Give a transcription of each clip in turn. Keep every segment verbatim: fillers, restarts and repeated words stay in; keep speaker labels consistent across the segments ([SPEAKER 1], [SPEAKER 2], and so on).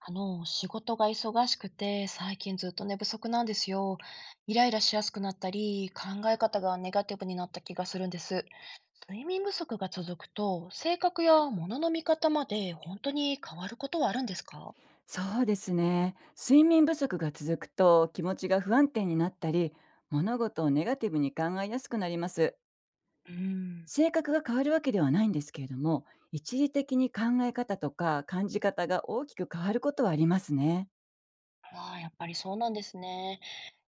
[SPEAKER 1] あの、仕事が忙しくて、最近ずっと寝不足なんですよ。イライラしやすくなったり、考え方がネガティブになった気がするんです。睡眠不足が続くと、性格や物の見方まで本当に変わることはあるんですか？
[SPEAKER 2] そうですね。睡眠不足が続くと気持ちが不安定になったり、物事をネガティブに考えやすくなります。
[SPEAKER 1] うん、
[SPEAKER 2] 性格が変わるわけではないんですけれども、一時的に考え方とか感じ方が大きく変わることはありますね。
[SPEAKER 1] ああ、やっぱりそうなんですね。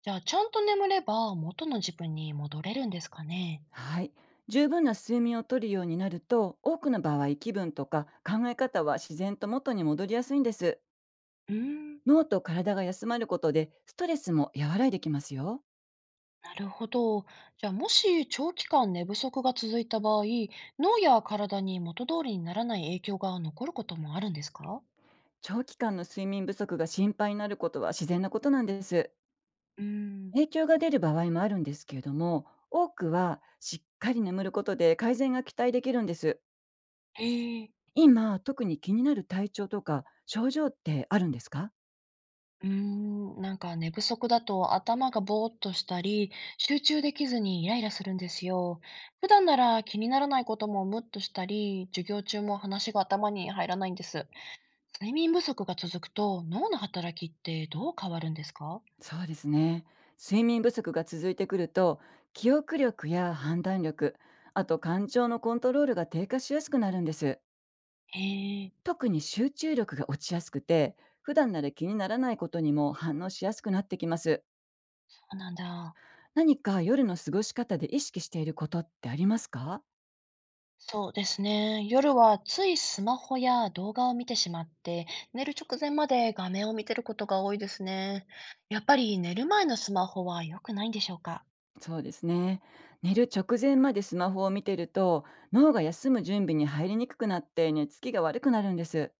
[SPEAKER 1] じゃあ、ちゃんと眠れば元の自分に戻れるんですかね？
[SPEAKER 2] はい。十分な睡眠をとるようになると、多くの場合、気分とか考え方は自然と元に戻りやすいんです。
[SPEAKER 1] うん、
[SPEAKER 2] 脳と体が休まることでストレスも和らいできますよ。
[SPEAKER 1] なるほど。じゃあ、もし長期間寝不足が続いた場合、脳や体に元通りにならない影響が残ることもあるんですか？
[SPEAKER 2] 長期間の睡眠不足が心配になることは自然なことなんです。
[SPEAKER 1] うーん、
[SPEAKER 2] 影響が出る場合もあるんですけれども、多くはしっかり眠ることで改善が期待できるんです。
[SPEAKER 1] へえ。
[SPEAKER 2] 今、特に気になる体調とか症状ってあるんですか？
[SPEAKER 1] うーん、なんか寝不足だと頭がぼーっとしたり、集中できずにイライラするんですよ。普段なら気にならないこともムッとしたり、授業中も話が頭に入らないんです。睡眠不足が続くと脳の働きってどう変わるんですか？
[SPEAKER 2] そうですね。睡眠不足が続いてくると、記憶力や判断力、あと感情のコントロールが低下しやすくなるんです。
[SPEAKER 1] へえ、
[SPEAKER 2] 特に集中力が落ちやすくて、普段なら気にならないことにも反応しやすくなってきます。
[SPEAKER 1] そうなんだ。
[SPEAKER 2] 何か夜の過ごし方で意識していることってありますか？
[SPEAKER 1] そうですね。夜はついスマホや動画を見てしまって、寝る直前まで画面を見てることが多いですね。やっぱり寝る前のスマホは良くないんでしょうか？
[SPEAKER 2] そうですね。寝る直前までスマホを見てると、脳が休む準備に入りにくくなって寝つきが悪くなるんです。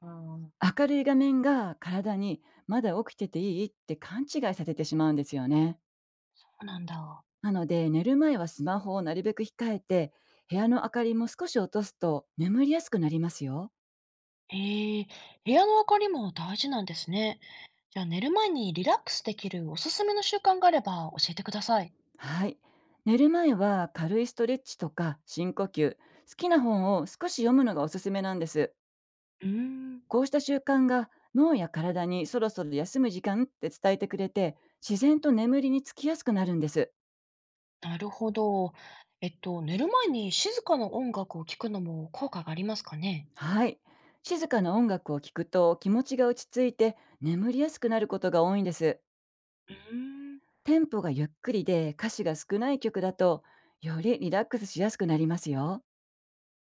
[SPEAKER 1] うん、そ
[SPEAKER 2] 明るい画面が体に、まだ起きてていいって勘違いさせてしまうんですよね。
[SPEAKER 1] うなんだ。
[SPEAKER 2] なので、寝る前はスマホをなるべく控えて、部屋の明かりも少し落とすと眠りやすくなりますよ。
[SPEAKER 1] へえ、部屋の明かりも大事なんですね。じゃあ寝る前にリラックスできるおすすめの習慣があれば教えてください。
[SPEAKER 2] はい。寝る前は軽いストレッチとか深呼吸、好きな本を少し読むのがおすすめなんです。
[SPEAKER 1] うーん、
[SPEAKER 2] こうした習慣が脳や体にそろそろ休む時間って伝えてくれて、自然と眠りにつきやすくなるんです。
[SPEAKER 1] なるほど。えっと、寝る前に静かな音楽を聴くのも効果がありますかね？
[SPEAKER 2] はい。静かな音楽を聴くと気持ちが落ち着いて、眠りやすくなることが多いんです。
[SPEAKER 1] うーん、
[SPEAKER 2] テンポがゆっくりで歌詞が少ない曲だと、よりリラックスしやすくなりますよ。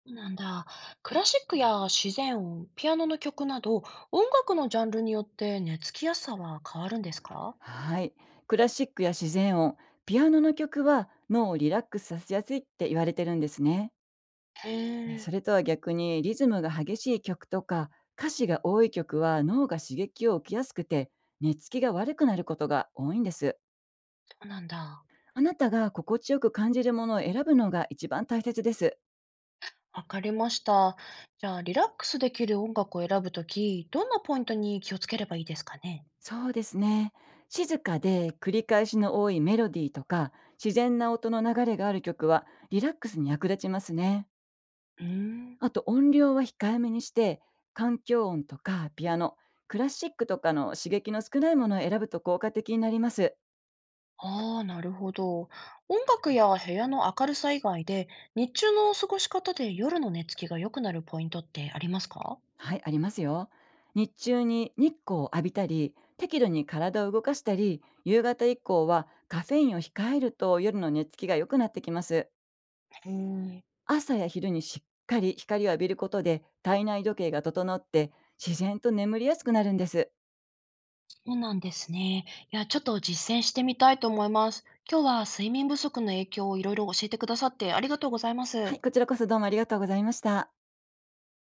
[SPEAKER 1] なんだ。クラシックや自然音、ピアノの曲など、音楽のジャンルによって寝つきやすさは変わるんですか？
[SPEAKER 2] はい。クラシックや自然音、ピアノの曲は脳をリラックスさせやすいって言われてるんですね。
[SPEAKER 1] へ
[SPEAKER 2] ね、そ
[SPEAKER 1] え、
[SPEAKER 2] れとは逆にリズムが激しい曲とか歌詞が多い曲は脳が刺激を受けやすくて、寝つきが悪くなることが多いんです。
[SPEAKER 1] そうなんだ。
[SPEAKER 2] あなたが心地よく感じるものを選ぶのが一番大切です。
[SPEAKER 1] わかりました。じゃあ、リラックスできる音楽を選ぶとき、どんなポイントに気をつければいいですかね？
[SPEAKER 2] そうですね。静かで繰り返しの多いメロディーとか自然な音の流れがある曲はリラックスに役立ちますね。
[SPEAKER 1] うーん。
[SPEAKER 2] あと、音量は控えめにして、環境音とかピアノ、クラシックとかの刺激の少ないものを選ぶと効果的になります。
[SPEAKER 1] ああ、なるほど。音楽や部屋の明るさ以外で、日中の過ごし方で夜の寝つきが良くなるポイントってありますか？
[SPEAKER 2] はい、ありますよ。日中に日光を浴びたり、適度に体を動かしたり、夕方以降はカフェインを控えると夜の寝つきが良くなってきます。
[SPEAKER 1] うーん、
[SPEAKER 2] 朝や昼にしっかり光を浴びることで体内時計が整って、自然と眠りやすくなるんです。
[SPEAKER 1] そうなんですね。いや、ちょっと実践してみたいと思います。今日は睡眠不足の影響をいろいろ教えてくださってありがとうございま
[SPEAKER 2] は
[SPEAKER 1] す。
[SPEAKER 2] い、こちらこそどうもありがとうございました。